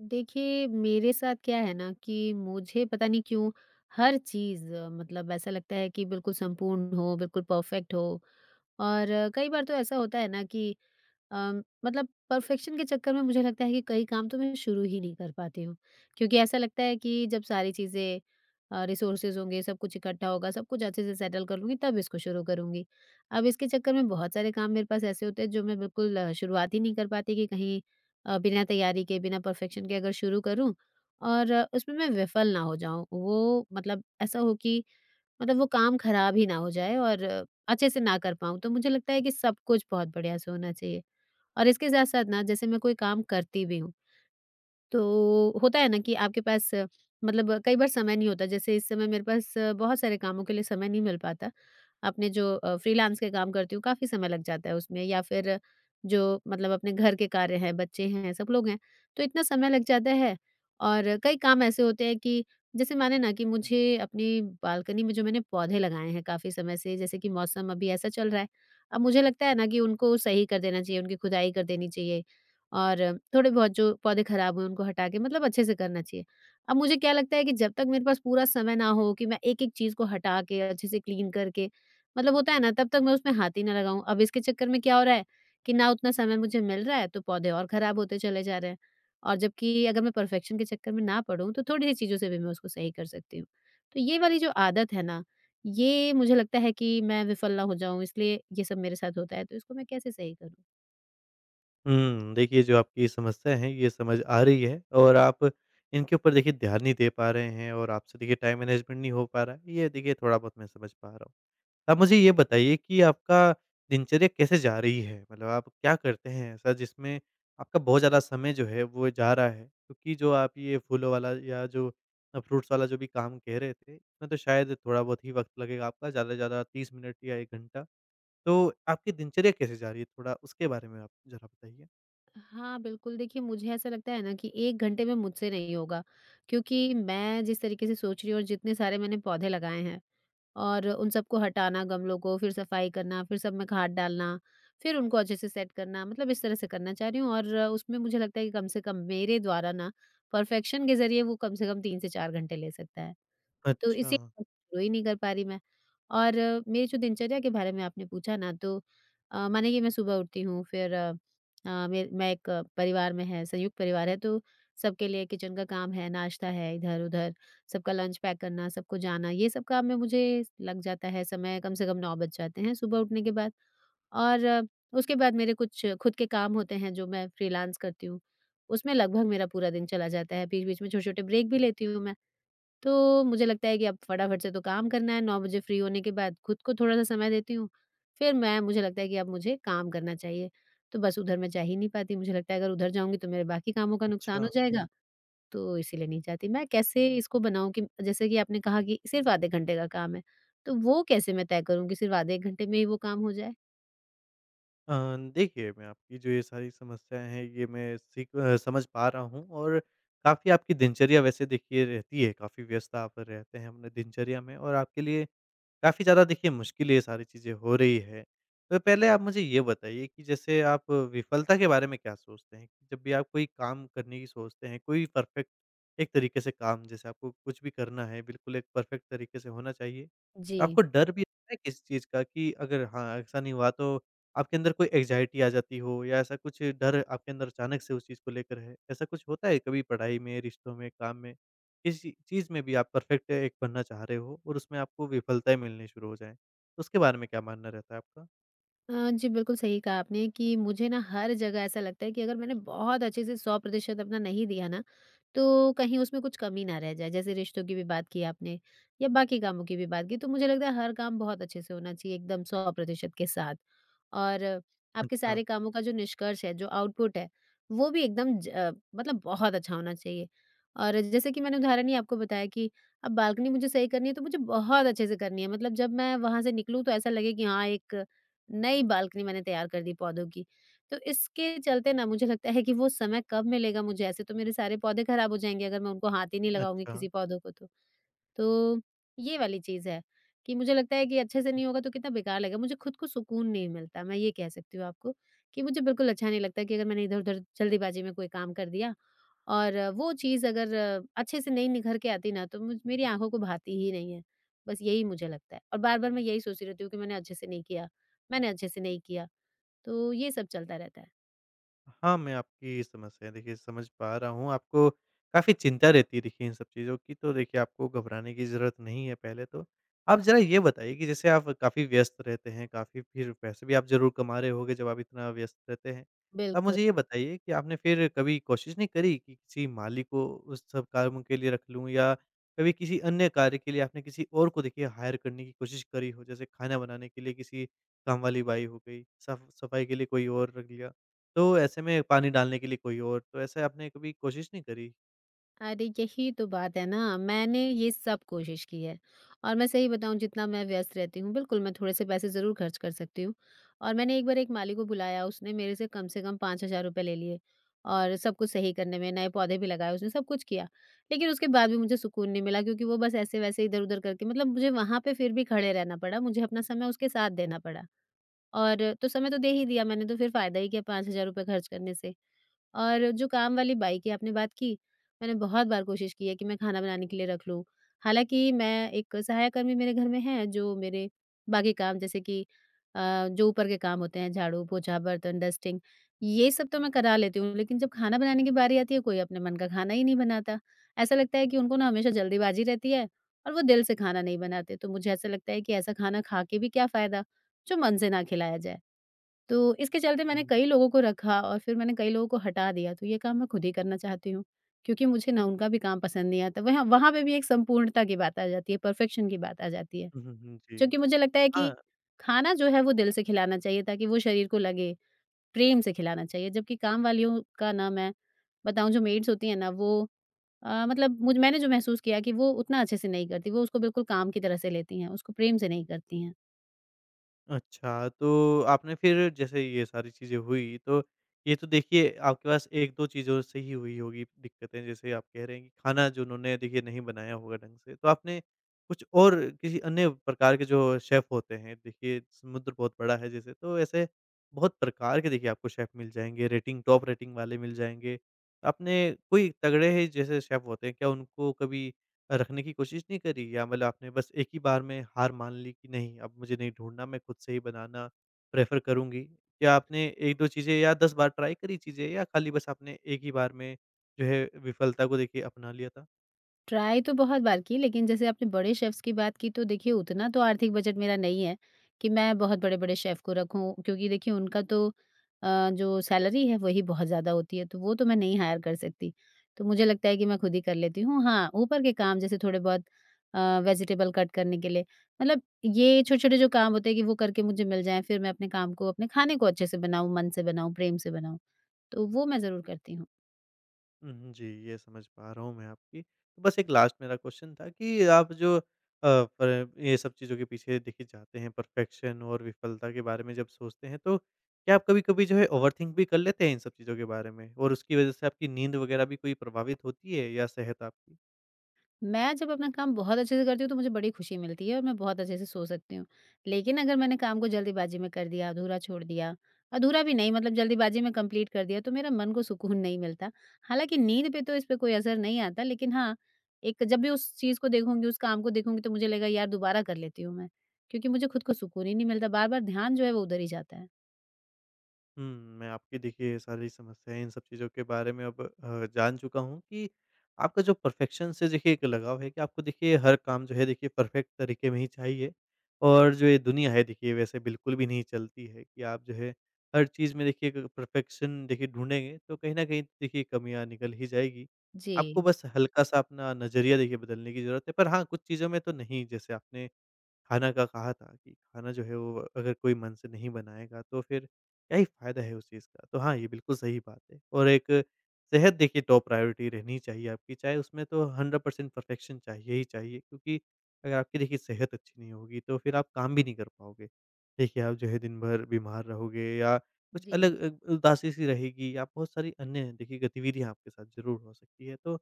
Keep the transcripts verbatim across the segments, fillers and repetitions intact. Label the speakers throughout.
Speaker 1: देखिए, मेरे साथ क्या है ना कि मुझे पता नहीं क्यों हर चीज़ मतलब ऐसा लगता है कि बिल्कुल संपूर्ण हो, बिल्कुल परफेक्ट हो। और अ, कई बार तो ऐसा होता है ना कि अ, मतलब परफेक्शन के चक्कर में मुझे लगता है कि कई काम तो मैं शुरू ही नहीं कर पाती हूँ। क्योंकि ऐसा लगता है कि जब सारी चीज़ें अ, रिसोर्सेज़ होंगे, सब कुछ इकट्ठा होगा, सब कुछ अच्छे से सेटल कर लूँगी तब इसको शुरू करूँगी। अब इसके चक्कर में बहुत सारे काम मेरे पास ऐसे होते हैं जो मैं बिल्कुल अ, शुरुआत ही नहीं कर पाती कि कहीं अ, बिना तैयारी के, बिना परफेक्शन के अगर शुरू करूँ और अ, उसमें मैं विफल ना हो जाऊँ। वो मतलब ऐसा हो कि मतलब वो काम खराब ही ना हो जाए और अ, अच्छे से ना कर पाऊँ। तो मुझे लगता है कि सब कुछ बहुत बढ़िया से होना चाहिए। और इसके साथ-साथ ना जैसे मैं कोई काम करती भी हूँ, तो होता है ना कि आपके पास अ, मतलब अ, कई बार समय नहीं होता। जैसे इस समय मेरे पास अ, बहुत सारे कामों के लिए समय नहीं मिल पाता। अपने जो अ, फ्रीलांस के काम करती हूँ काफ़ी समय लग जाता है उसमें, या फिर जो मतलब अपने घर के कार्य हैं, बच्चे हैं, सब लोग हैं, तो इतना समय लग जाता है। और कई काम ऐसे होते हैं कि जैसे माने ना कि मुझे अपनी बालकनी में जो मैंने पौधे लगाए हैं काफ़ी समय से, जैसे कि मौसम अभी ऐसा चल रहा है, अब मुझे लगता है ना कि उनको सही कर देना चाहिए, उनकी खुदाई कर देनी चाहिए। और थोड़े बहुत जो पौधे खराब हुए उनको हटा के मतलब अच्छे से करना चाहिए। अब मुझे क्या लगता है कि जब तक मेरे पास पूरा समय ना हो कि मैं एक-एक चीज़ को हटा के अच्छे से क्लीन करके मतलब होता है ना, तब तक मैं उसमें हाथ ही ना लगाऊँ। अब इसके चक्कर में क्या हो रहा है कि ना उतना समय मुझे मिल रहा है तो पौधे और खराब होते चले जा रहे हैं। और जबकि अगर मैं परफेक्शन के चक्कर में ना पड़ूँ तो थोड़ी-सी चीज़ों से भी मैं उसको सही कर सकती हूँ। तो ये वाली जो आदत है ना, ये मुझे लगता है कि मैं विफल ना हो जाऊँ इसलिए ये सब मेरे साथ होता है, तो इसको मैं कैसे सही करूँ?
Speaker 2: हुँ, देखिए जो आपकी समस्या है ये समझ आ रही है और आप इनके ऊपर देखिए ध्यान नहीं दे पा रहे हैं और आपसे देखिए टाइम मैनेजमेंट नहीं हो पा रहा है, ये देखिए थोड़ा बहुत मैं समझ पा रहा हूँ। आप मुझे ये बताइए कि आपका दिनचर्या कैसे जा रही है? मतलब आप क्या करते हैं ऐसा जिसमें आपका बहुत ज़्यादा समय जो है वो जा रहा है? क्योंकि जो आप ये फूलों वाला या जो अ, फ्रूट्स वाला जो भी काम कह रहे थे, इसमें तो शायद थोड़ा बहुत ही वक़्त लगेगा आपका ज़्यादा से ज़्यादा तीस मिनट या एक घंटा। तो आपकी दिनचर्या कैसे जा रही है? थोड़ा उसके बारे में आप ज़रा बताइए।
Speaker 1: हाँ, बिल्कुल। देखिए, मुझे ऐसा लगता है ना कि एक घंटे में मुझसे नहीं होगा, क्योंकि मैं जिस तरीके से सोच रही हूँ और जितने सारे मैंने पौधे लगाए हैं और उन सबको हटाना गमलों को, फिर सफाई करना, फिर सब में खाद डालना, फिर उनको अच्छे से सेट करना, मतलब इस तरह से करना चाह रही हूँ, और उसमें मुझे लगता है कि कम से कम मेरे द्वारा ना, परफेक्शन के ज़रिए वो कम से कम तीन से चार घंटे ले सकता है। तो
Speaker 2: अच्छा,
Speaker 1: इसी वजह से शुरू ही नहीं कर पा रही मैं। और अ, मेरी जो दिनचर्या के बारे में आपने पूछा ना, तो अ, माने कि मैं सुबह उठती हूँ, फिर अ, अ, मैं मैं एक अ, परिवार में है, संयुक्त परिवार है, तो सबके लिए किचन का काम है, नाश्ता है इधर-उधर, सबका लंच पैक करना, सबको जाना, ये सब काम में मुझे लग जाता है समय, कम से कम नौ बज जाते हैं सुबह उठने के बाद। और अ, उसके बाद मेरे कुछ खुद के काम होते हैं जो मैं फ्रीलांस करती हूँ, उसमें लगभग मेरा पूरा दिन चला जाता है। बीच-बीच में छोटे-छोटे ब्रेक भी लेती हूँ मैं। तो मुझे लगता है कि अब फटाफट से तो काम करना है। नौ बजे फ्री होने के बाद खुद को थोड़ा-सा समय देती हूँ, फिर मैं मुझे लगता है कि अब मुझे काम करना चाहिए। तो बस उधर मैं जा ही नहीं पाती, मुझे लगता है अगर उधर जाऊँगी तो मेरे बाकी कामों का नुकसान हो
Speaker 2: अच्छा।
Speaker 1: जाएगा, तो इसीलिए नहीं चाहती। मैं कैसे इसको बनाऊँ कि जैसे कि आपने कहा कि सिर्फ़ आधे घंटे का काम है, तो वो कैसे मैं तय करूँ कि सिर्फ़ आधे एक घंटे में ही वो काम हो जाए?
Speaker 2: अ, देखिए मैं आपकी जो ये सारी समस्याएँ हैं ये मैं सीख अ, समझ पा रहा हूँ और काफ़ी आपकी दिनचर्या वैसे देखिए रहती है, काफ़ी व्यस्त आप रहते हैं अपने दिनचर्या में और आपके लिए काफ़ी ज़्यादा देखिए मुश्किल ये सारी चीज़ें हो रही है। तो पहले आप मुझे ये बताइए कि जैसे आप विफलता के बारे में क्या सोचते हैं? कि जब भी आप कोई काम करने की सोचते हैं, कोई परफ़ेक्ट एक तरीके से काम जैसे आपको कुछ भी करना है, बिल्कुल एक परफ़ेक्ट तरीके से होना चाहिए। तो
Speaker 1: जी।
Speaker 2: आपको डर भी है किस चीज़ का कि अगर हाँ, ऐसा नहीं हुआ तो आपके अंदर कोई एंग्ज़ायटी आ जाती हो या ऐसा कुछ डर आपके अंदर अचानक से उस चीज़ को लेकर है? ऐसा कुछ होता है कभी पढ़ाई में, रिश्तों में, काम में? किसी चीज़ में भी आप परफेक्ट एक बनना चाह रहे हो और उसमें आपको विफलताएँ मिलनी शुरू हो जाएँ। उसके बारे में क्या मानना रहता है आपका?
Speaker 1: अ, जी, बिल्कुल सही कहा आपने कि मुझे ना हर जगह ऐसा लगता है कि अगर मैंने बहुत अच्छे से सौ प्रतिशत अपना नहीं दिया ना, तो कहीं उसमें कुछ कमी ना रह जाए। जैसे रिश्तों की भी बात की आपने, या बाकी कामों की भी बात की, तो मुझे लगता है हर काम बहुत अच्छे से होना चाहिए एकदम सौ प्रतिशत के साथ। और आपके
Speaker 2: अच्छा,
Speaker 1: सारे कामों का जो निष्कर्ष है, जो आउटपुट है, वो भी एकदम ज अ, मतलब बहुत अच्छा होना चाहिए। और जैसे कि मैंने उदाहरण ही आपको बताया कि अब बालकनी मुझे सही करनी है, तो मुझे बहुत अच्छे से करनी है। मतलब जब मैं वहाँ से निकलूँ तो ऐसा लगे कि हाँ, एक नई बालकनी मैंने तैयार कर दी पौधों की। तो इसके चलते ना मुझे लगता है कि वो समय कब मिलेगा मुझे, ऐसे तो मेरे सारे पौधे खराब हो जाएँगे अगर मैं उनको हाथ ही नहीं लगाऊँगी
Speaker 2: अच्छा।
Speaker 1: किसी पौधों को तो। तो ये वाली चीज़ है कि मुझे लगता है कि अच्छे से नहीं होगा तो कितना बेकार लगेगा। मुझे खुद को सुकून नहीं मिलता। मैं ये कह सकती हूँ आपको कि मुझे बिल्कुल अच्छा नहीं लगता कि अगर मैंने इधर-उधर जल्दीबाजी में कोई काम कर दिया और अ, वो चीज़ अगर अ, अच्छे से नहीं निखर के आती ना, तो मुझ मेरी आँखों को भाती ही नहीं है। बस यही मुझे लगता है, और बार-बार मैं यही सोचती रहती हूँ कि मैंने अच्छे से नहीं किया, मैंने अच्छे से नहीं किया, तो ये सब चलता रहता है।
Speaker 2: हाँ, मैं आपकी समस्या देखिए समझ पा रहा हूँ। आपको काफ़ी चिंता रहती है देखिए इन सब चीज़ों की, तो देखिए आपको घबराने की ज़रूरत नहीं है पहले तो। आप ज़रा ये बताइए कि जैसे आप काफ़ी व्यस्त रहते हैं, काफ़ी फिर पैसे भी आप ज़रूर कमा रहे होंगे जब आप इतना व्यस्त रहते हैं। तो आप
Speaker 1: बिल्कुल।
Speaker 2: मुझे ये बताइए कि आपने फिर कभी कोशिश नहीं करी कि किसी माली को उस सब कामों के लिए रख लूँ या कभी किसी अन्य कार्य के लिए आपने किसी और को देखिए हायर करने की कोशिश करी हो? जैसे खाना बनाने के लिए किसी कामवाली बाई हो गई, साफ़ सफ़ाई के लिए कोई और रख लिया। तो ऐसे में पानी डालने के लिए कोई और, तो ऐसे आपने कभी कोशिश नहीं करी?
Speaker 1: अरे यही तो बात है ना, मैंने ये सब कोशिश की है। और मैं सही बताऊँ, जितना मैं व्यस्त रहती हूँ, बिल्कुल मैं थोड़े से पैसे ज़रूर खर्च कर सकती हूँ। और मैंने एक बार एक माली को बुलाया, उसने मेरे से कम से कम पाँच हज़ार रुपए ले लिए और सब कुछ सही करने में, नए पौधे भी लगाए उसने, सब कुछ किया। लेकिन उसके बाद भी मुझे सुकून नहीं मिला, क्योंकि वो बस ऐसे-वैसे इधर-उधर करके मतलब मुझे वहाँ पे फिर भी खड़े रहना पड़ा, मुझे अपना समय उसके साथ देना पड़ा, और तो समय तो दे ही दिया मैंने, तो फिर फ़ायदा ही क्या पाँच हज़ार रुपए खर्च करने से। और जो काम वाली बाई की आपने बात की, मैंने बहुत बार कोशिश की है कि मैं खाना बनाने के लिए रख लूँ। हालाँकि मैं एक सहायक कर्मी मेरे घर में है जो मेरे बाकी काम, जैसे कि अ, जो ऊपर के काम होते हैं झाड़ू, पोछा, बर्तन, डस्टिंग, ये सब तो मैं करा लेती हूँ, लेकिन जब खाना बनाने की बारी आती है कोई अपने मन का खाना ही नहीं बनाता। ऐसा लगता है कि उनको ना हमेशा जल्दीबाजी रहती है और वो दिल से खाना नहीं बनाते, तो मुझे ऐसा लगता है कि ऐसा खाना खा के भी क्या फ़ायदा, जो मन से ना खिलाया जाए। तो इसके चलते
Speaker 2: हुँ,
Speaker 1: मैंने
Speaker 2: हुँ।
Speaker 1: कई लोगों को रखा और फिर मैंने कई लोगों को हटा दिया, तो ये काम मैं खुद ही करना चाहती हूँ, क्योंकि मुझे ना उनका भी काम पसंद नहीं आता। वहाँ वहाँ पे भी एक संपूर्णता की बात आ जाती है, परफ़ेक्शन की बात आ जाती है,
Speaker 2: हुँ, हुँ, हुँ। जी।
Speaker 1: जो कि मुझे लगता है कि
Speaker 2: हाँ।
Speaker 1: खाना जो है वो दिल से खिलाना चाहिए ताकि वो शरीर को लगे, प्रेम से खिलाना चाहिए। जबकि काम वालियों का, ना मैं बताऊँ, जो मेड्स होती हैं ना, वो अ, मतलब मुझ मैंने जो महसूस किया कि वो उतना अच्छे से नहीं करती, वो उसको बिल्कुल काम की तरह से लेती हैं, उसको प्रेम से नहीं करती हैं।
Speaker 2: अच्छा, तो आपने फिर जैसे ये सारी चीज़ें हुई, तो ये तो देखिए आपके पास एक दो चीज़ों से ही हुई होगी दिक्कतें, जैसे आप कह रहे हैं कि खाना जो उन्होंने देखिए नहीं बनाया होगा ढंग से। तो आपने कुछ और किसी अन्य प्रकार के जो शेफ़ होते हैं, देखिए समुद्र बहुत बड़ा है जैसे, तो ऐसे बहुत प्रकार के देखिए आपको शेफ़ मिल जाएँगे, रेटिंग टॉप रेटिंग वाले मिल जाएँगे। आपने कोई तगड़े ही जैसे शेफ़ होते हैं, क्या उनको कभी रखने की कोशिश नहीं करी या मतलब आपने बस एक ही बार में हार मान ली कि नहीं अब मुझे नहीं ढूँढना मैं खुद से ही बनाना प्रेफ़र करूँगी? क्या आपने एक दो चीज़ें या दस बार ट्राई करी चीज़ें या खाली बस आपने एक ही बार में जो है विफलता को देखिए अपना लिया था?
Speaker 1: ट्राई तो बहुत बार की, लेकिन जैसे आपने बड़े शेफ़्स की बात की, तो देखिए उतना तो आर्थिक बजट मेरा नहीं है कि मैं बहुत बड़े-बड़े शेफ़ को रखूँ, क्योंकि देखिए उनका तो अ, जो सैलरी है वही बहुत ज़्यादा होती है, तो वो तो मैं नहीं हायर कर सकती। तो मुझे लगता है कि मैं खुद ही कर लेती हूँ। हाँ, ऊपर के काम जैसे थोड़े बहुत अ, वेजिटेबल कट करने के लिए, मतलब ये छोटे-छोटे जो काम होते हैं कि वो करके मुझे मिल जाएँ, फिर मैं अपने काम को, अपने खाने को अच्छे से बनाऊँ, मन से बनाऊँ, प्रेम से बनाऊँ, तो वो मैं ज़रूर करती हूँ।
Speaker 2: हुँ, हुँ। जी, ये समझ पा रहा हूँ मैं आपकी। तो बस एक लास्ट मेरा क्वेश्चन था कि आप जो अ, प ये सब चीज़ों के पीछे देखिए जाते हैं परफेक्शन और विफलता के बारे में जब सोचते हैं तो क्या आप कभी-कभी जो है ओवरथिंक भी कर लेते हैं इन सब चीज़ों के बारे में? और उसकी वज़ह से आपकी नींद वग़ैरह भी कोई प्रभावित होती है या सेहत आपकी?
Speaker 1: मैं जब अपना काम बहुत अच्छे से करती हूँ तो मुझे बड़ी खुशी मिलती है और मैं बहुत अच्छे से सो सकती हूँ। लेकिन अगर मैंने काम को जल्दीबाजी में कर दिया, अधूरा छोड़ दिया, अधूरा भी नहीं, मतलब जल्दीबाजी में कंप्लीट कर दिया, तो मेरा मन को सुकून नहीं मिलता। हालाँकि नींद पे तो इस पे कोई असर नहीं आता, लेकिन हाँ, एक जब भी उस चीज़ को देखूँगी, उस काम को देखूँगी तो मुझे लगेगा यार दोबारा कर लेती हूँ मैं, क्योंकि मुझे खुद को सुकून ही नहीं मिलता, बार-बार ध्यान जो है वो उधर ही जाता है।
Speaker 2: हुँ, मैं आपकी देखिए ये सारी समस्याएँ इन सब चीज़ों के बारे में अब अ, जान चुका हूँ कि आपका जो परफ़ेक्शन से देखिए एक लगाव है कि आपको देखिए हर काम जो है देखिए परफ़ेक्ट तरीके में ही चाहिए और जो ये दुनिया है देखिए वैसे बिल्कुल भी नहीं चलती है कि आप जो है हर चीज़ में देखिए एक परफ़ेक्शन देखिए ढूँढेंगे तो कहीं न कहीं देखिए कमियाँ निकल ही जाएगी। आपको
Speaker 1: जी।
Speaker 2: बस हल्का-सा अपना नज़रिया देखिए बदलने की ज़रूरत है। पर हाँ, कुछ चीज़ों में तो नहीं जैसे आपने खाना का कहा था कि खाना जो है वो अगर कोई मन से नहीं बनाएगा तो फिर क्या ही फ़ायदा है उस चीज़ का। तो हाँ, ये बिल्कुल सही बात है और एक सेहत देखिए टॉप प्रायोरिटी रहनी चाहिए आपकी, चाहे उसमें तो हंड्रेड परसेंट परफेक्शन चाहिए ही चाहिए क्योंकि अगर आपकी देखिए सेहत अच्छी नहीं होगी तो फिर आप काम भी नहीं कर पाओगे। देखिए आप जो है दिन भर बीमार रहोगे या कुछ
Speaker 1: जी।
Speaker 2: अलग अ, उदासी-सी रहेगी या बहुत सारी अन्य देखिए गतिविधियाँ आपके साथ ज़रूर हो सकती है। तो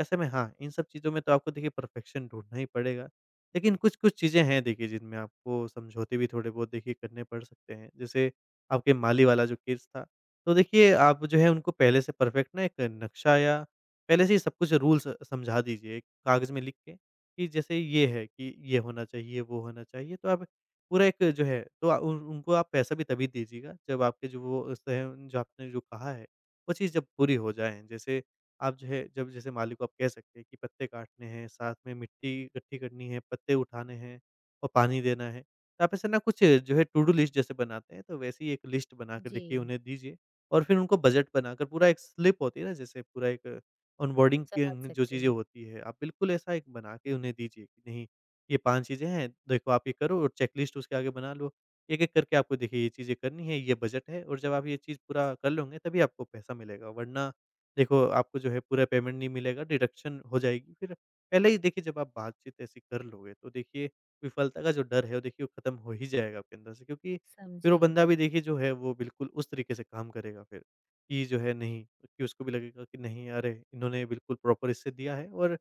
Speaker 2: ऐसे में हाँ, इन सब चीज़ों में तो आपको देखिए परफेक्शन ढूँढना ही पड़ेगा। लेकिन कुछ-कुछ चीज़ें हैं देखिए जिनमें आपको समझौते भी थोड़े बहुत देखिए करने पड़ सकते हैं। जैसे आपके माली वाला जो केस था, तो देखिए आप जो है उनको पहले से परफेक्ट ना एक नक्शा या पहले से ही सब कुछ रूल्स समझा दीजिए कागज़ में लिख के कि जैसे ये है कि ये होना चाहिए, वो होना चाहिए। तो आप पूरा एक जो है तो अ, उन उनको आप पैसा भी तभी दीजिएगा जब आपके जो वो उस तरह- जो आपने जो कहा है, वो चीज़ जब पूरी हो जाए। जैसे आप जो है जब जैसे माली को आप कह सकते हैं कि पत्ते काटने हैं, साथ में मिट्टी इकट्ठी करनी है, पत्ते उठाने हैं और पानी देना है। तो आप ऐसे ना कुछ जो है टू-डू लिस्ट जैसे बनाते हैं, तो वैसी ही एक लिस्ट बनाकर देखिए
Speaker 1: जी,
Speaker 2: उन्हें दीजिए और फिर उनको बजट बनाकर पूरा एक स्लिप होती है ना जैसे पूरा एक ऑनबोर्डिंग
Speaker 1: समझ
Speaker 2: की जो
Speaker 1: सकती
Speaker 2: चीज़ें
Speaker 1: हूँ।
Speaker 2: होती है, आप बिल्कुल ऐसा एक बना के उन्हें दीजिए कि नहीं ये पाँच चीज़ें हैं, देखो आप ये करो और चेकलिस्ट उसके आगे बना लो। एक-एक करके आपको देखिए ये चीज़ें करनी है, ये बजट है और जब आप ये चीज़ पूरा कर लोगे तभी आपको पैसा मिलेगा, वरना देखो, आपको जो है पूरा पेमेंट नहीं मिलेगा, डिडक्शन हो जाएगी। फिर पहले ही देखिए जब आप बातचीत ऐसी कर लोगे, तो देखिए विफलता का जो डर है, वो देखिए वो खत्म हो ही जाएगा आपके अंदर से। क्योंकि फिर वो
Speaker 1: समझी।
Speaker 2: बंदा भी देखिए जो है वो बिल्कुल उस तरीके से काम करेगा फिर, कि जो है नहीं कि उसको भी लगेगा कि नहीं अरे! इन्होंने बिल्कुल प्रॉपर इससे दिया है और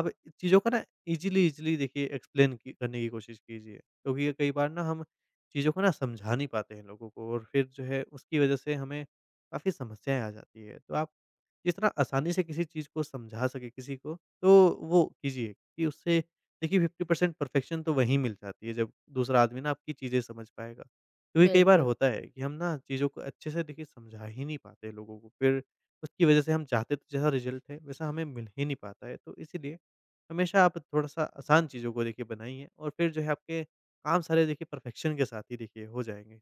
Speaker 2: आप चीज़ों को ना ईज़िली ईज़िली देखिए एक्सप्लेन की करने की कोशिश कीजिए। क्योंकि कई बार ना हम चीज़ों को ना समझा नहीं पाते हैं लोगों को और फिर जो है उसकी वजह से हमें काफ़ी समस्याएँ आ जाती है। तो आप जिस तरह आसानी से किसी चीज़ को समझा सके किसी को, तो वो कीजिए कि उससे देखिए फिफ्टी परसेंट परफ़ेक्शन तो वहीं मिल जाती है जब दूसरा आदमी ना आपकी चीज़ें समझ पाएगा। क्योंकि कई बार
Speaker 1: बिल्कुल।
Speaker 2: होता है कि हम ना चीज़ों को अच्छे से देखिए समझा ही नहीं पाते लोगों को, फिर उसकी वज़ह से हम चाहते तो जैसा रिज़ल्ट है, वैसा हमें मिल ही नहीं पाता है। तो इसीलिए हमेशा आप थोड़ा-सा आसान चीज़ों को देखिए बनाइए और फिर जो है आपके काम सारे देखिए परफ़ेक्शन के साथ ही देखिए हो जाएँगे।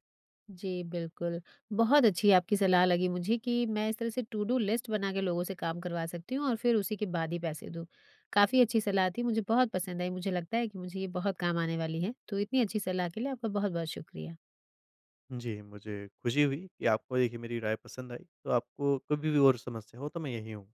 Speaker 1: जी, बिल्कुल। बहुत अच्छी आपकी सलाह लगी मुझे कि मैं इस तरह से टू डू लिस्ट बना के लोगों से काम करवा सकती हूँ और फिर उसी के बाद ही पैसे दूँ। काफ़ी अच्छी सलाह थी, मुझे बहुत पसंद आई, मुझे लगता है कि मुझे ये बहुत काम आने वाली है। तो इतनी अच्छी सलाह के लिए आपका बहुत-बहुत शुक्रिया।
Speaker 2: जी, मुझे खुशी हुई कि आपको देखिए मेरी राय पसंद आई। तो आपको कभी भी और समस्या हो तो मैं यहीं हूँ।